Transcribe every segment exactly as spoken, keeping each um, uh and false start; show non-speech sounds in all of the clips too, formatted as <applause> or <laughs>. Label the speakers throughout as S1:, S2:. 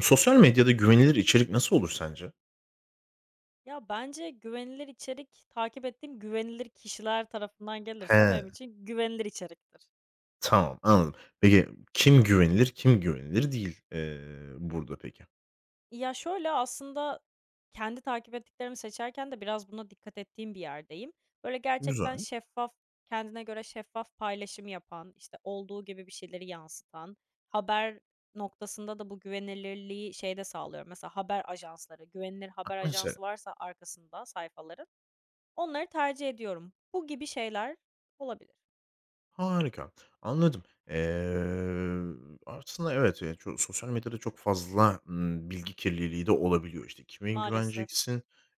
S1: Sosyal medyada güvenilir içerik nasıl olur sence?
S2: Ya, bence güvenilir içerik, takip ettiğim güvenilir kişiler tarafından gelirse
S1: He,
S2: benim için güvenilir içeriktir.
S1: tamam, anladım. Peki kim güvenilir, kim güvenilir değil, eee, burada peki?
S2: Ya, şöyle aslında kendi takip ettiklerimi seçerken de biraz buna dikkat ettiğim bir yerdeyim. Böyle gerçekten
S1: Güzel.
S2: şeffaf, kendine göre şeffaf paylaşım yapan, işte, olduğu gibi bir şeyleri yansıtan, haber noktasında da bu güvenilirliği şeyde sağlıyorum. Mesela haber ajansları, güvenilir haber
S1: Mesela.
S2: ajansı varsa arkasında sayfaların, onları tercih ediyorum. Bu gibi şeyler olabilir
S1: Harika, anladım. Eee, Aslında evet, eee, ço sosyal medyada çok fazla, ımm, bilgi kirliliği de olabiliyor. İşte, kime
S2: maalesef.
S1: güveneceksin?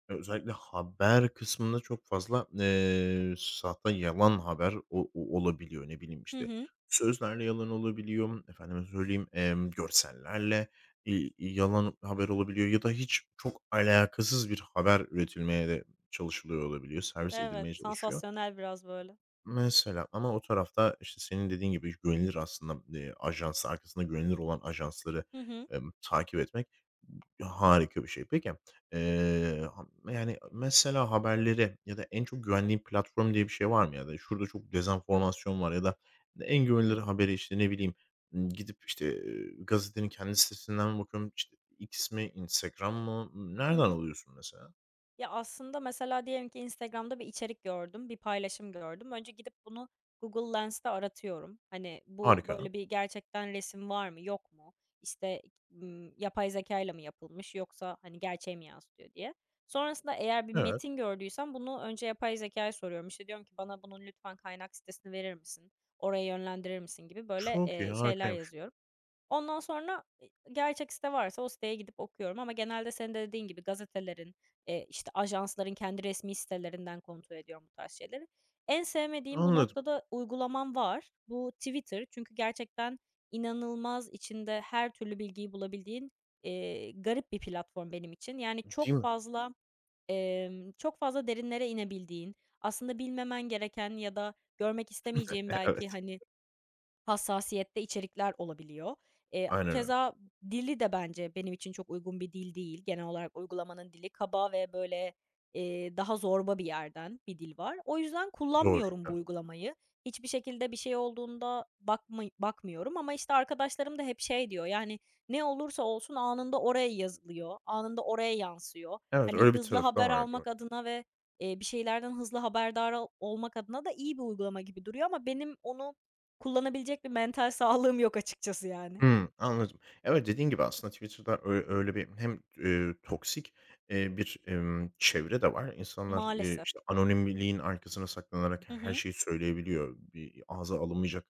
S1: Eee, özellikle haber kısmında çok fazla, eee, sahte, yalan haber o o olabiliyor. Ne bileyim,
S2: Hı
S1: işte,
S2: hı.
S1: sözlerle yalan olabiliyor, efendime söyleyeyim, emm, görsellerle, iii, yalan haber olabiliyor ya da hiç çok alakasız bir haber üretilmeye de çalışılıyor olabiliyor, servis
S2: Evet,
S1: edilmeye çalışıyor.
S2: sansasyonel biraz böyle.
S1: Mesela ama o tarafta, işte, senin dediğin gibi güvenilir aslında, eee, ajans, arkasında güvenilir olan ajansları,
S2: Hı hı.
S1: emm, takip etmek harika bir şey. Peki, eee, ha yani, mesela haberleri ya da en çok güvendiğin platform diye bir şey var mı? Ya da şurada çok dezenformasyon var ya da en güvenilir
S2: Hıı.
S1: haberi, işte, ne bileyim, ımm, gidip, işte, eee, gazetenin kendi sitesinden mi bakıyorum, işte, X mi, Instagram mı?
S2: Hı
S1: Nereden
S2: hı.
S1: alıyorsun mesela?
S2: Ya, aslında mesela diyelim ki Instagram'da bir içerik gördüm, bir paylaşım gördüm. Önce gidip bunu Google Lens'te aratıyorum. Hani, bu
S1: Harika.
S2: böyle bir gerçekten resim var mı, yok mu? İşte, ımm, yapay zeka ile mi yapılmış yoksa, hani, gerçeği mi yansıtıyor diye. Sonrasında eğer bir
S1: Evet.
S2: metin gördüysem bunu önce yapay zekâya soruyorum. İşte, diyorum ki bana bunun lütfen kaynak sitesini verir misin, oraya yönlendirir misin gibi böyle,
S1: Çok iyi,
S2: eee, şeyler
S1: harikaymış.
S2: yazıyorum. Ondan sonra, eee, gerçek site varsa o siteye gidip okuyorum ama genelde senin de dediğin gibi gazetelerin, eee, işte, ajansların kendi resmi sitelerinden kontrol ediyorum bu tarz şeyleri. En sevmediğim bu
S1: Anladım.
S2: noktada uygulamam var. Bu Twitter. Çünkü gerçekten inanılmaz içinde her türlü bilgiyi bulabildiğin, eee, garip bir platform benim için. Yani
S1: Değil
S2: çok
S1: mi?
S2: fazla, emm, çok fazla derinlere inebildiğin, aslında bilmemen gereken ya da görmek istemeyeceğin
S1: <laughs>
S2: belki,
S1: Evet.
S2: hani, hassasiyette içerikler olabiliyor. Eee,
S1: Aynen öyle.
S2: keza dili de bence benim için çok uygun bir dil değil. Genel olarak uygulamanın dili kaba ve böyle, eee, daha zorba bir yerden bir dil var. O yüzden
S1: Doğru.
S2: kullanmıyorum bu
S1: Evet.
S2: uygulamayı. Hiçbir şekilde bir şey olduğunda bakmıy bakmıyorum ama, işte, arkadaşlarım da hep şey diyor, yani, "Ne olursa olsun anında oraya yazılıyor, anında oraya yansıyor."
S1: Evet,
S2: Hani,
S1: öyle bir
S2: hızlı
S1: tarafı da
S2: haber
S1: var. Doğru.
S2: almak adına ve, eee, bir şeylerden hızlı haberdar ol olmak adına da iyi bir uygulama gibi duruyor ama benim onu kullanabilecek bir mental sağlığım yok açıkçası yani.
S1: Hımm, anladım. Evet, dediğin gibi aslında Twitter'da öyle öyle bir hem, eee, toksik, eee, bir, emm, çevre de var. İnsanlar, eee,
S2: Maalesef.
S1: işte, anonimliğin arkasına saklanarak
S2: Hı
S1: her
S2: hı.
S1: şeyi söyleyebiliyor. Bir ağza alınmayacak,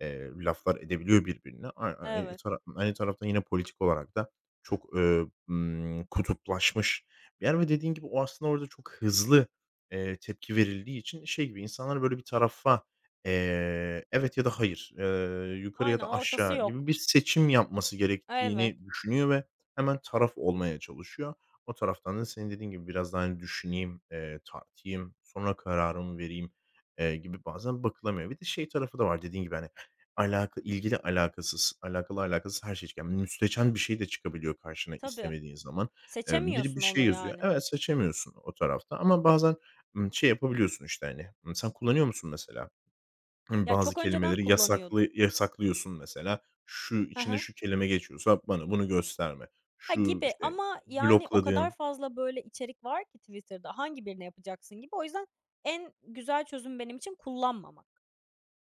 S1: eee, laflar edebiliyor birbirine. Ay ay
S2: Evet.
S1: tara Aynı taraftan yine politik olarak da çok, eee, ımm, kutuplaşmış bir yer ve dediğin gibi o aslında orada çok hızlı, eee, tepki verildiği için şey gibi insanlar böyle bir tarafa Eee, evet ya da hayır, eee, yukarı ya
S2: Aynen,
S1: da
S2: ortası
S1: aşağı
S2: yok.
S1: gibi bir seçim yapması
S2: Evet,
S1: gerektiğini düşünüyor ve hemen taraf olmaya çalışıyor. O taraftan da senin dediğin gibi biraz daha, hani, düşüneyim, eee, tartayım, sonra kararımı vereyim, eee, gibi bazen bakılamıyor. Bir de şey tarafı da var dediğin gibi, hani, alaka ilgili alakasız, alakalı alakasız her şey çıkıyor. Yani müsteçen bir şey de çıkabiliyor karşına
S2: tabii.
S1: istemediğin zaman. Emm, biri bir
S2: Seçemiyorsun
S1: şey
S2: onu
S1: yazıyor.
S2: yani.
S1: Evet, seçemiyorsun o tarafta ama bazen, ımm, şey yapabiliyorsun, işte, hani, ımm, sen kullanıyor musun mesela? Hımm,
S2: Ya,
S1: bazı
S2: çok önceden
S1: kelimeleri
S2: kullanıyordum.
S1: yasaklı yasaklıyorsun mesela. "Şu,
S2: Hı
S1: içinde
S2: hı.
S1: şu kelime geçiyorsa bana bunu gösterme."
S2: Ha,
S1: Şu,
S2: gibi
S1: işte,
S2: ama yani o kadar
S1: blokladığın.
S2: fazla böyle içerik var ki Twitter'da, hangi birini yapacaksın gibi. O yüzden en güzel çözüm benim için kullanmamak.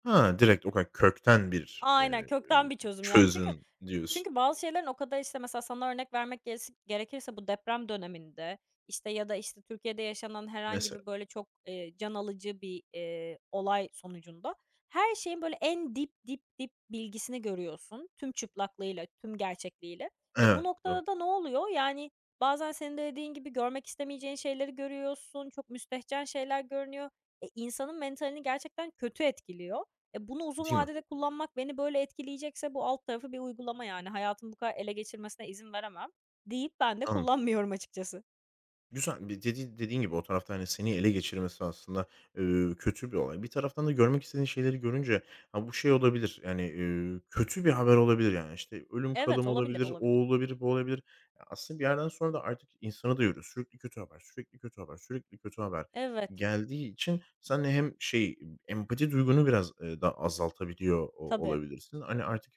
S1: Ha, direkt o kadar kökten bir,
S2: Aynen,
S1: eee,
S2: kökten bir çözüm yani. Çünkü
S1: çözüm diyorsun
S2: Çünkü bazı şeylerin o kadar, işte, mesela sana örnek vermek gerisi gerekirse bu deprem döneminde, işte, ya da, işte, Türkiye'de yaşanan herhangi
S1: mesela.
S2: bir, böyle, çok, eee, can alıcı bir, eee, olay sonucunda her şeyin, böyle, en dip, dip, dip bilgisini görüyorsun tüm çıplaklığıyla, tüm gerçekliğiyle. E, bu
S1: Evet, doğru.
S2: noktada da ne oluyor? Yani, bazen senin de dediğin gibi görmek istemeyeceğin şeyleri görüyorsun, çok müstehcen şeyler görünüyor. E, insanın mentalini gerçekten kötü etkiliyor. E, bunu uzun
S1: Değil mi?
S2: vadede kullanmak beni böyle etkileyecekse bu alt tarafı bir uygulama yani. Hayatımı bu kadar ele geçirmesine izin veremem deyip ben de
S1: Anladım.
S2: kullanmıyorum açıkçası.
S1: Güzel. Bir dedi dediğin gibi o tarafta, hani, seni ele geçirmesi aslında, eee, kötü bir olay. Bir taraftan da görmek istediğin şeyleri görünce, ha, bu şey olabilir, yani, eee, kötü bir haber olabilir, yani, işte, ölüm
S2: Evet,
S1: kalım
S2: olabilir,
S1: olabilir, o
S2: olabilir.
S1: olabilir, bu olabilir. Ya, aslında bir yerden sonra da artık insana da yoruyor. Sürekli kötü haber, sürekli kötü haber, sürekli kötü haber
S2: Evet,
S1: geldiği için sen de hem şey, empati duygunu biraz, eee, da azaltabiliyor o
S2: tabii.
S1: olabilirsin. Hani, artık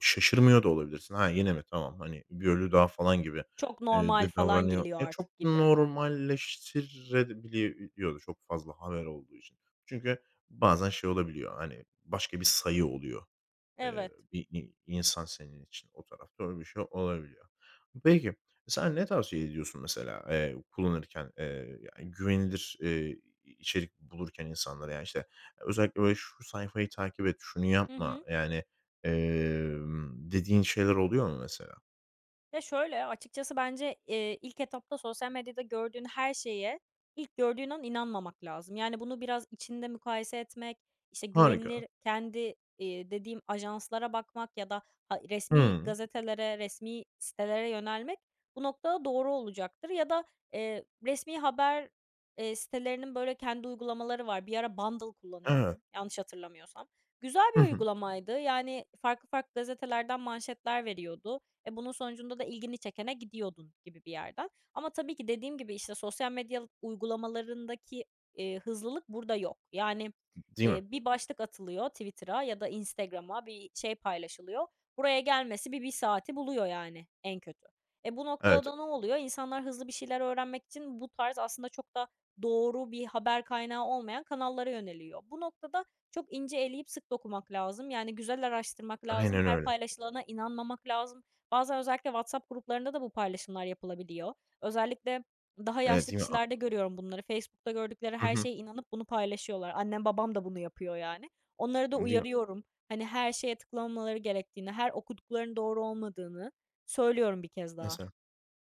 S1: şaşırmıyor da olabilirsin. Ha, yine mi, tamam, hani, bir ölü daha falan gibi
S2: Çok
S1: Eee,
S2: normal
S1: de
S2: falan
S1: davranıyor.
S2: geliyor
S1: E, çok
S2: artık gibi.
S1: normalleştirebiliyordu çok fazla haber olduğu için. Çünkü bazen şey olabiliyor, hani, başka bir sayı oluyor. Eee,
S2: Evet.
S1: bir i insan senin için o tarafta öyle bir şey olabiliyor. Peki, sen ne tavsiye ediyorsun mesela, eee, kullanırken, eee, yani güvenilir, eee, içerik bulurken insanlara? Yani, işte, özellikle böyle şu sayfayı takip et, şunu
S2: Hı
S1: yapma,
S2: hı.
S1: yani, emm, dediğin şeyler oluyor mu mesela?
S2: Ya, şöyle, açıkçası bence, eee, ilk etapta sosyal medyada gördüğün her şeye ilk gördüğün an inanmamak lazım. Yani, bunu biraz içinde mukayese etmek, işte,
S1: Harika.
S2: güvenilir kendi, eee, dediğim ajanslara bakmak ya da ha resmî
S1: Hımm.
S2: gazetelere, resmi sitelere yönelmek bu noktada doğru olacaktır. Ya da, eee, resmî haber, eee, sitelerinin, böyle, kendi uygulamaları var. Bir ara Bundle
S1: Evet.
S2: kullanıyordum yanlış hatırlamıyorsam. Güzel bir
S1: Hı hı.
S2: uygulamaydı. Yani, farklı farklı gazetelerden manşetler veriyordu. E, bunun sonucunda da ilgini çekene gidiyordun gibi bir yerden. Ama tabii ki dediğim gibi, işte, sosyal medya uygulamalarındaki, eee, hızlılık burada yok. Yani,
S1: Değil mi?
S2: eee, bir başlık atılıyor Twitter'a ya da Instagram'a, bir şey paylaşılıyor. Buraya gelmesi bir bir saati buluyor yani en kötü. E, bu noktada
S1: Evet,
S2: da ne oluyor? İnsanlar hızlı bir şeyler öğrenmek için bu tarz aslında çok da doğru bir haber kaynağı olmayan kanallara yöneliyor. Bu noktada çok ince eleyip sık dokumak lazım. Yani güzel araştırmak lazım,
S1: aynen
S2: her
S1: öyle.
S2: paylaşılana inanmamak lazım. Bazen özellikle WhatsApp gruplarında da bu paylaşımlar yapılabiliyor. Özellikle daha
S1: Evet,
S2: yaşlı
S1: değil mi? A.
S2: kişilerde görüyorum bunları. Facebook'ta gördükleri
S1: Hı
S2: her
S1: hı.
S2: şeye inanıp bunu paylaşıyorlar. Annem babam da bunu yapıyor yani. Onları da
S1: Değil mi?
S2: uyarıyorum. Hani her şeye tıklamamaları gerektiğini, her okuduklarının doğru olmadığını söylüyorum bir kez daha.
S1: Mesela.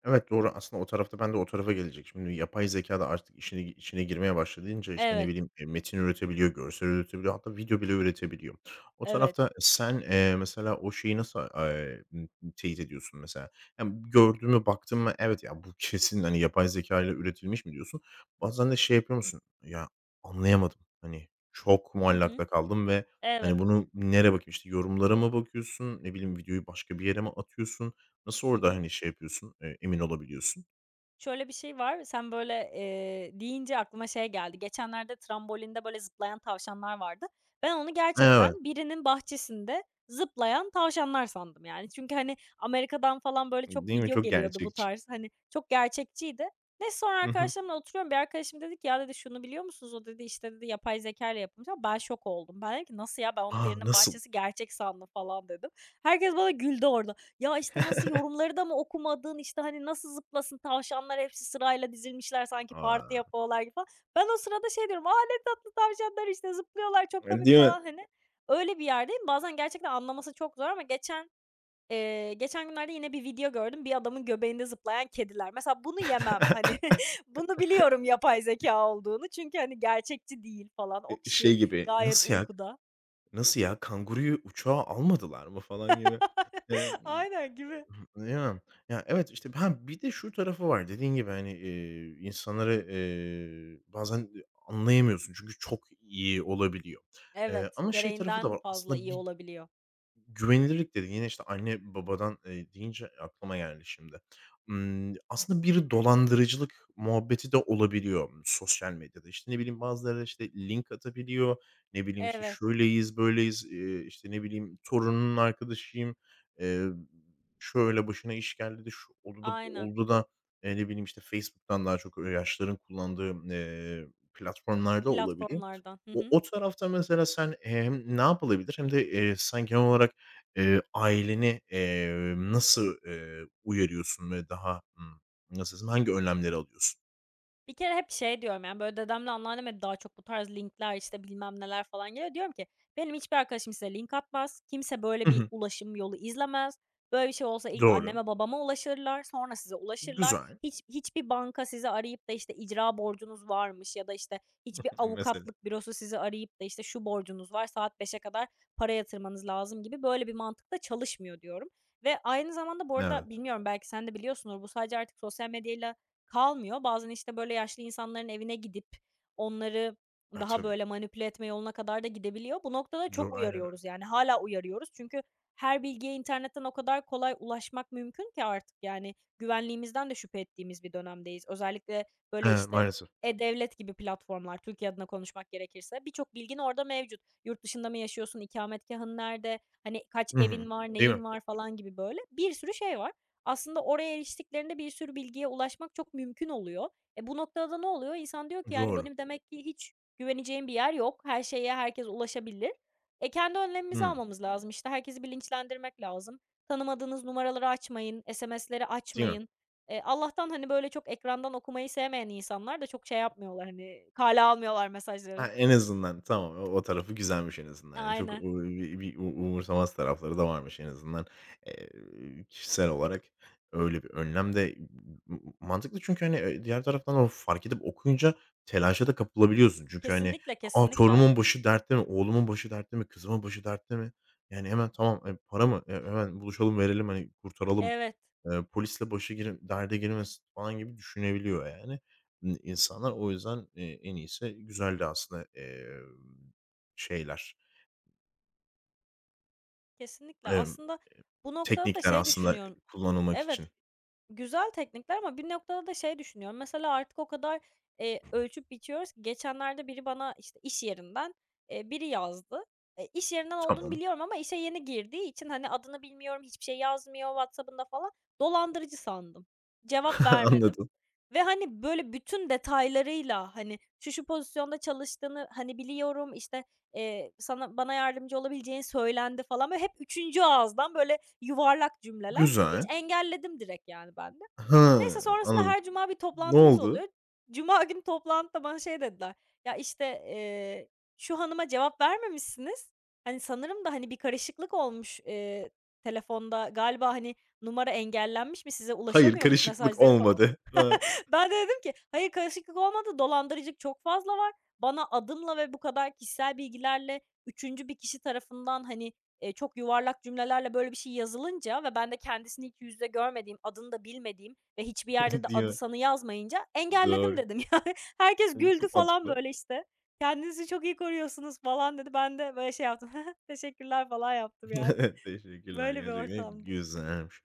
S1: Evet, doğru. Aslında o tarafta ben de o tarafa gelecek şimdi yapay zeka da artık işine içine girmeye başladığınca, işte, ne
S2: Evet,
S1: bileyim, eee, metin üretebiliyor, görsel üretebiliyor, hatta video bile üretebiliyor. O
S2: evet.
S1: tarafta sen, eee, mesela o şeyi nasıl, eee, ımm, teyit ediyorsun mesela? Yani, gördün mü, baktın mı, "Evet, ya, bu kesin, hani, yapay zeka ile üretilmiş." mi diyorsun? Bazen de şey yapıyor musun? "Ya, anlayamadım." Hani, çok
S2: Hı hı.
S1: muallakta kaldım ve,
S2: Evet.
S1: hani, bunu nereye bakayım? İşte, yorumlara mı bakıyorsun? Ne bileyim, videoyu başka bir yere mi atıyorsun? Nasıl
S2: Hı
S1: orada,
S2: hı.
S1: hani, şey yapıyorsun, eee, emin olabiliyorsun?
S2: Şöyle bir şey var, sen böyle, eee, deyince aklıma şey geldi. Geçenlerde trambolinde böyle zıplayan tavşanlar vardı. Ben onu
S1: Evet.
S2: gerçekten birinin bahçesinde zıplayan tavşanlar sandım yani. Çünkü, hani, Amerika'dan falan böyle çok
S1: Değil mi?
S2: video
S1: Çok
S2: geliyordu bu
S1: gerçekçi.
S2: tarz, hani, çok gerçekçiydi. Ne sonra
S1: Hı hı.
S2: arkadaşlarımla oturuyorum. Bir arkadaşım dedi ki, "Ya," dedi, "şunu biliyor musunuz?" O dedi, işte dedi, "yapay zeka ile yapılmış," ama ben şok oldum. Ben dedim ki, "Nasıl ya? Ben onu
S1: A!
S2: birinin
S1: Nasıl?
S2: bahçesi gerçek sandım," falan dedim. Herkes bana güldü orada. Ya, işte, nasıl
S1: <laughs>
S2: yorumları da mı okumadın, işte, hani, nasıl zıplasın tavşanlar hepsi sırayla dizilmişler sanki parti
S1: A!
S2: yapıyorlar gibi falan. Ben o sırada şey diyorum, "A, ne tatlı tavşanlar, işte, zıplıyorlar çok
S1: E,
S2: komik,"
S1: değil mi?
S2: falan, hani. Öyle bir yerdeyim. Bazen gerçekten anlaması çok zor ama geçen, eee, geçen günlerde yine bir video gördüm. Bir adamın göbeğinde zıplayan kediler. Mesela bunu yemem, hani.
S1: <laughs>
S2: <laughs> Bunu biliyorum yapay zeka olduğunu çünkü, hani, gerçekçi değil falan. O
S1: E,
S2: kişi
S1: şey gibi,
S2: gayet
S1: "Nasıl ya?
S2: uykuda.
S1: Nasıl ya? Kanguruyu uçağa almadılar mı?" falan gibi.
S2: <laughs>
S1: Emm,
S2: Aynen gibi.
S1: Değil mi? Ya, evet, işte, ha, bir de şu tarafı var dediğin gibi, hani, eee, insanları, eee, bazen anlayamıyorsun çünkü çok iyi olabiliyor. Eee,
S2: Evet,
S1: ama şey tarafı da
S2: gereğinden
S1: var
S2: fazla
S1: aslında
S2: iyi
S1: bir.
S2: olabiliyor.
S1: Güvenilirlik dedin. Yine, işte, anne babadan, eee, deyince aklıma geldi şimdi. Imm, aslında bir dolandırıcılık muhabbeti de olabiliyor sosyal medyada. İşte, ne bileyim, bazıları, işte, link atabiliyor, ne bileyim, işte,
S2: Evet,
S1: şöyleyiz, böyleyiz, eee, işte, ne bileyim, torunun arkadaşıyım, eee, şöyle başına iş geldi de şu oldu da bu
S2: aynen.
S1: oldu da, eee, ne bileyim, işte, Facebook'tan daha çok yaşların kullandığı, eee, platformlarda olabiliyor.
S2: Platformlardan. Hı
S1: O
S2: hı.
S1: o tarafta mesela sen hem ne yapılabilir hem de, eee, sen genel olarak Eee, aileni, eee, nasıl, eee, uyarıyorsun ve daha, ımm, nasıl desem, hangi önlemleri alıyorsun?
S2: Bir kere hep şey diyorum, yani, böyle, dedemle anneanneme de daha çok bu tarz linkler, işte, bilmem neler falan geliyor. Diyorum ki, "Benim hiçbir arkadaşım size link atmaz. Kimse böyle
S1: Hı
S2: bir
S1: hı.
S2: ulaşım yolu izlemez. Böyle bir şey olsa ilk
S1: Doğru.
S2: anneme babama ulaşırlar, sonra size ulaşırlar.
S1: Güzel.
S2: Hiç hiçbir banka sizi arayıp da, işte, icra borcunuz varmış ya da, işte, hiçbir
S1: Mesela.
S2: avukatlık bürosu sizi arayıp da, işte, şu borcunuz var, saat beşe kadar para yatırmanız lazım," gibi böyle bir mantıkla çalışmıyor diyorum ve aynı zamanda bu
S1: Evet.
S2: arada bilmiyorum belki sen de biliyorsundur, bu sadece artık sosyal medyayla kalmıyor. Bazen, işte, böyle, yaşlı insanların evine gidip onları
S1: E,
S2: daha,
S1: tabii.
S2: böyle, manipüle etme yoluna kadar da gidebiliyor. Bu noktada çok
S1: Doğ aynen öyle.
S2: uyarıyoruz, yani, hala uyarıyoruz. Çünkü her bilgiye internetten o kadar kolay ulaşmak mümkün ki artık, yani, güvenliğimizden de şüphe ettiğimiz bir dönemdeyiz. Özellikle,
S1: He,
S2: böyle, işte,
S1: maalesef.
S2: e-Devlet gibi platformlar, Türkiye adına konuşmak gerekirse birçok bilgin orada mevcut. Yurt dışında mı yaşıyorsun, ikametgâhın nerede, hani, kaç
S1: Hı hı.
S2: evin var,
S1: Değil mi?
S2: neyin var falan gibi, böyle, bir sürü şey var. Aslında oraya eriştiklerinde bir sürü bilgiye ulaşmak çok mümkün oluyor. E, bu noktada da ne oluyor? İnsan diyor ki, yani,
S1: Doğru.
S2: benim demek ki hiç güveneceğim bir yer yok. Her şeye herkes ulaşabilir. E, kendi önlemimizi
S1: Hımm.
S2: almamız lazım. İşte, herkesi bilinçlendirmek lazım. Tanımadığınız numaraları açmayın, S M S'leri
S1: Değil mi?
S2: açmayın. Eee, Allah'tan, hani, böyle, çok ekrandan okumayı sevmeyen insanlar da çok şey yapmıyorlar, hani, kale almıyorlar
S1: Ha,
S2: mesajları.
S1: en azından tamam, o o tarafı güzelmiş en azından. Yani çok
S2: Aynen.
S1: u bir bir u umursamaz tarafları da varmış en azından. Eee, Kişisel olarak öyle bir önlem de m mantıklı çünkü, hani, eee, diğer taraftan o fark edip okuyunca telaşa da kapılabiliyorsun. Çünkü, hani,
S2: Kesinlikle,
S1: "A,
S2: kesinlikle.
S1: torunumun başı dertte mi, oğlumun başı dertte mi, kızımın başı dertte mi?" Yani, hemen, "Tamam, eee, para mı? Eee, hemen buluşalım, verelim, hani, kurtaralım."
S2: Evet,
S1: Eee, polisle başı gir derde girmesin falan gibi düşünebiliyor yani, ııı, insanlar. O yüzden, eee, en iyisi güzeldi aslında, eee, şeyler,
S2: kesinlikle.
S1: emm,
S2: Aslında bu noktada da
S1: teknikler
S2: şey
S1: aslında,
S2: düşünüyorum.
S1: kullanılmak
S2: Evet.
S1: için.
S2: Güzel teknikler ama bir noktada da şey düşünüyorum. Mesela artık o kadar, eee, ölçüp biçiyoruz ki geçenlerde biri bana, işte, iş yerinden, eee, biri yazdı. E, iş yerinden olduğunu
S1: Tamam,
S2: biliyorum ama işe yeni girdiği için, hani, adını bilmiyorum, hiçbir şey yazmıyor WhatsApp'ında falan. Dolandırıcı sandım. Cevap
S1: <laughs>
S2: vermedim.
S1: anladım.
S2: Ve, hani, böyle, bütün detaylarıyla, hani, şu şu pozisyonda çalıştığını, hani, biliyorum, işte, eee, sana bana yardımcı olabileceğini söylendi falan. Böyle, hep üçüncü ağızdan, böyle, yuvarlak cümleler. Hiç
S1: Güzel.
S2: engelledim direkt, yani, ben de.
S1: Ha,
S2: Neyse sonrasında
S1: anladım.
S2: her cuma bir
S1: Ne
S2: toplantımız
S1: oldu?
S2: oluyor. Cuma günü toplantıda bana şey dediler, "Ya, işte, eee, şu hanıma cevap vermemişsiniz. Hani, sanırım da, hani, bir karışıklık olmuş, eee, telefonda. Galiba, hani, numara engellenmiş mi, size
S1: Hayır,
S2: ulaşamıyormuş
S1: karışıklık
S2: mesajları falan."
S1: olmadı. Ha,
S2: Ben de dedim ki, "Hayır, karışıklık olmadı, dolandırıcılık çok fazla var. Bana adımla ve bu kadar kişisel bilgilerle üçüncü bir kişi tarafından, hani, eee, çok yuvarlak cümlelerle böyle bir şey yazılınca ve ben de kendisini ilk yüzde görmediğim, adını da bilmediğim ve hiçbir yerde de
S1: <laughs> değil
S2: adı
S1: mi?
S2: sanı yazmayınca engelledim,"
S1: Doğru.
S2: dedim. <laughs> Yani herkes
S1: Iıı,
S2: güldü
S1: çok
S2: falan
S1: mantıklı.
S2: böyle işte. "Kendinizi çok iyi koruyorsunuz," falan dedi. Ben de böyle şey yaptım, <laughs> "teşekkürler," falan yaptım
S1: <laughs>
S2: yani.
S1: Evet, teşekkürler.
S2: Böyle bir
S1: Gerçekten
S2: ortamdı.
S1: güzelmiş.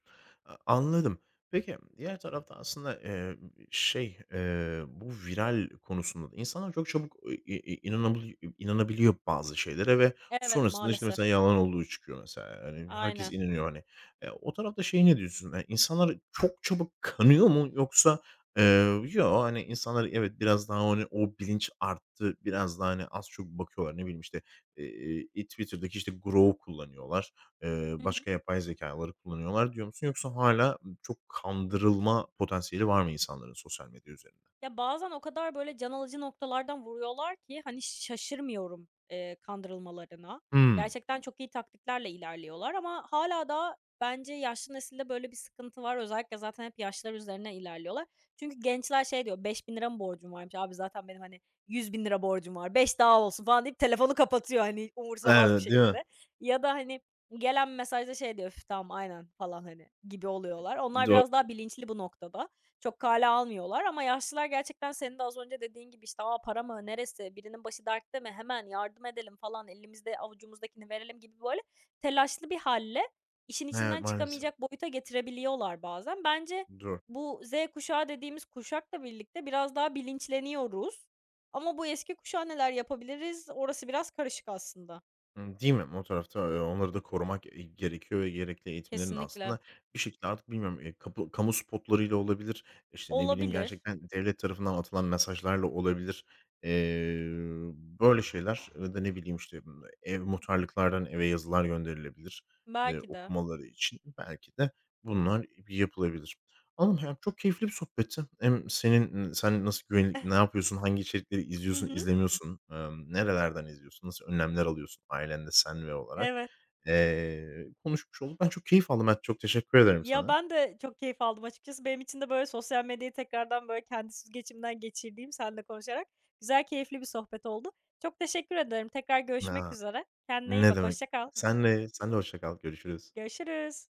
S1: A anladım. Peki, diğer tarafta aslında, eee, şey, eee, bu viral konusunda da insanlar çok çabuk, i i inanabili inanabiliyor bazı şeylere ve
S2: Evet,
S1: sonrasında, işte,
S2: maalesef.
S1: mesela yalan olduğu çıkıyor mesela. Yani herkes
S2: Aynen.
S1: inanıyor, hani. Eee, o tarafta şey ne diyorsun? Hani, insanlar çok çabuk kanıyor mu yoksa, eee, yo, hani, insanlar evet biraz daha, hani, o bilinç arttı. Biraz daha, hani, az çok bakıyorlar. Ne bileyim, işte, Eee, i Twitter'daki, işte, Grok'u kullanıyorlar, eee, başka yapay zekaları kullanıyorlar diyor musun? Yoksa hala çok kandırılma potansiyeli var mı insanların sosyal medya üzerinde?
S2: Ya, bazen o kadar, böyle, can alıcı noktalardan vuruyorlar ki, hani, şaşırmıyorum, eee, kandırılmalarına.
S1: Hımm.
S2: Gerçekten çok iyi taktiklerle ilerliyorlar ama hala daha bence yaşlı nesilde böyle bir sıkıntı var. Özellikle zaten hep yaşlılar üzerine ilerliyorlar. Çünkü gençler şey diyor, ₺beş bin mı borcum varmış? Abi zaten benim, hani, yüz bin lira borcum var, beş daha olsun falan deyip telefonu kapatıyor, hani, umursamaz bir
S1: Evet, değil mi?
S2: şekilde. Ya da, hani, gelen mesajda şey diyor, üf, tamam, aynen falan, hani, gibi oluyorlar. Onlar
S1: Do
S2: biraz daha bilinçli bu noktada. Çok kale almıyorlar ama yaşlılar gerçekten senin de az önce dediğin gibi, işte, "A, para mı, neresi, birinin başı dertte mi, hemen yardım edelim," falan, "Elimizde avucumuzdakini verelim," gibi, böyle, telaşlı bir halle işin içinden,
S1: Evet,
S2: evet,
S1: maalesef.
S2: çıkamayacak boyuta getirebiliyorlar bazen. Bence
S1: Doğru.
S2: bu Z kuşağı dediğimiz kuşakla birlikte biraz daha bilinçleniyoruz ama bu eski kuşağa neler yapabiliriz, orası biraz karışık aslında.
S1: Imm, değil mi? O tarafta, eee, onları da korumak, eee, gerekiyor ve gerekli eğitimlerin
S2: Kesinlikle.
S1: aslında bir şekilde artık bilmiyorum, eee, kapı kamu spotlarıyla olabilir, işte, ne bileyim,
S2: Olabilir.
S1: gerçekten devlet tarafından atılan mesajlarla olabilir. Eee, Böyle şeyler ya da ne bileyim, işte, ımm, ev muhtarlıklardan eve yazılar gönderilebilir, eee,
S2: Belki de.
S1: okumaları için. Belki de bunlar yapılabilir. Anladım. Yani, çok keyifli bir sohbetti. Hem senin, sen nasıl güveni ne
S2: <laughs>
S1: yapıyorsun, hangi içerikleri
S2: Hı
S1: izliyorsun,
S2: hı.
S1: izlemiyorsun, emm, nerelerden izliyorsun, nasıl önlemler alıyorsun ailende sen ve olarak,
S2: Evet.
S1: eee, konuşmuş olduk. Ben çok keyif aldım. Ben çok teşekkür ederim
S2: Ya,
S1: sana.
S2: ben de çok keyif aldım açıkçası. Benim için de, böyle, sosyal medyayı tekrardan, böyle, kendi süzgecimden geçirdiğim seninle konuşarak güzel, keyifli bir sohbet oldu. Çok teşekkür ederim. Tekrar görüşmek
S1: A,
S2: üzere. Kendine iyi
S1: ne
S2: bak.
S1: demek.
S2: Hoşça kal.
S1: Sen de sen de hoşça kal. Görüşürüz.
S2: Görüşürüz.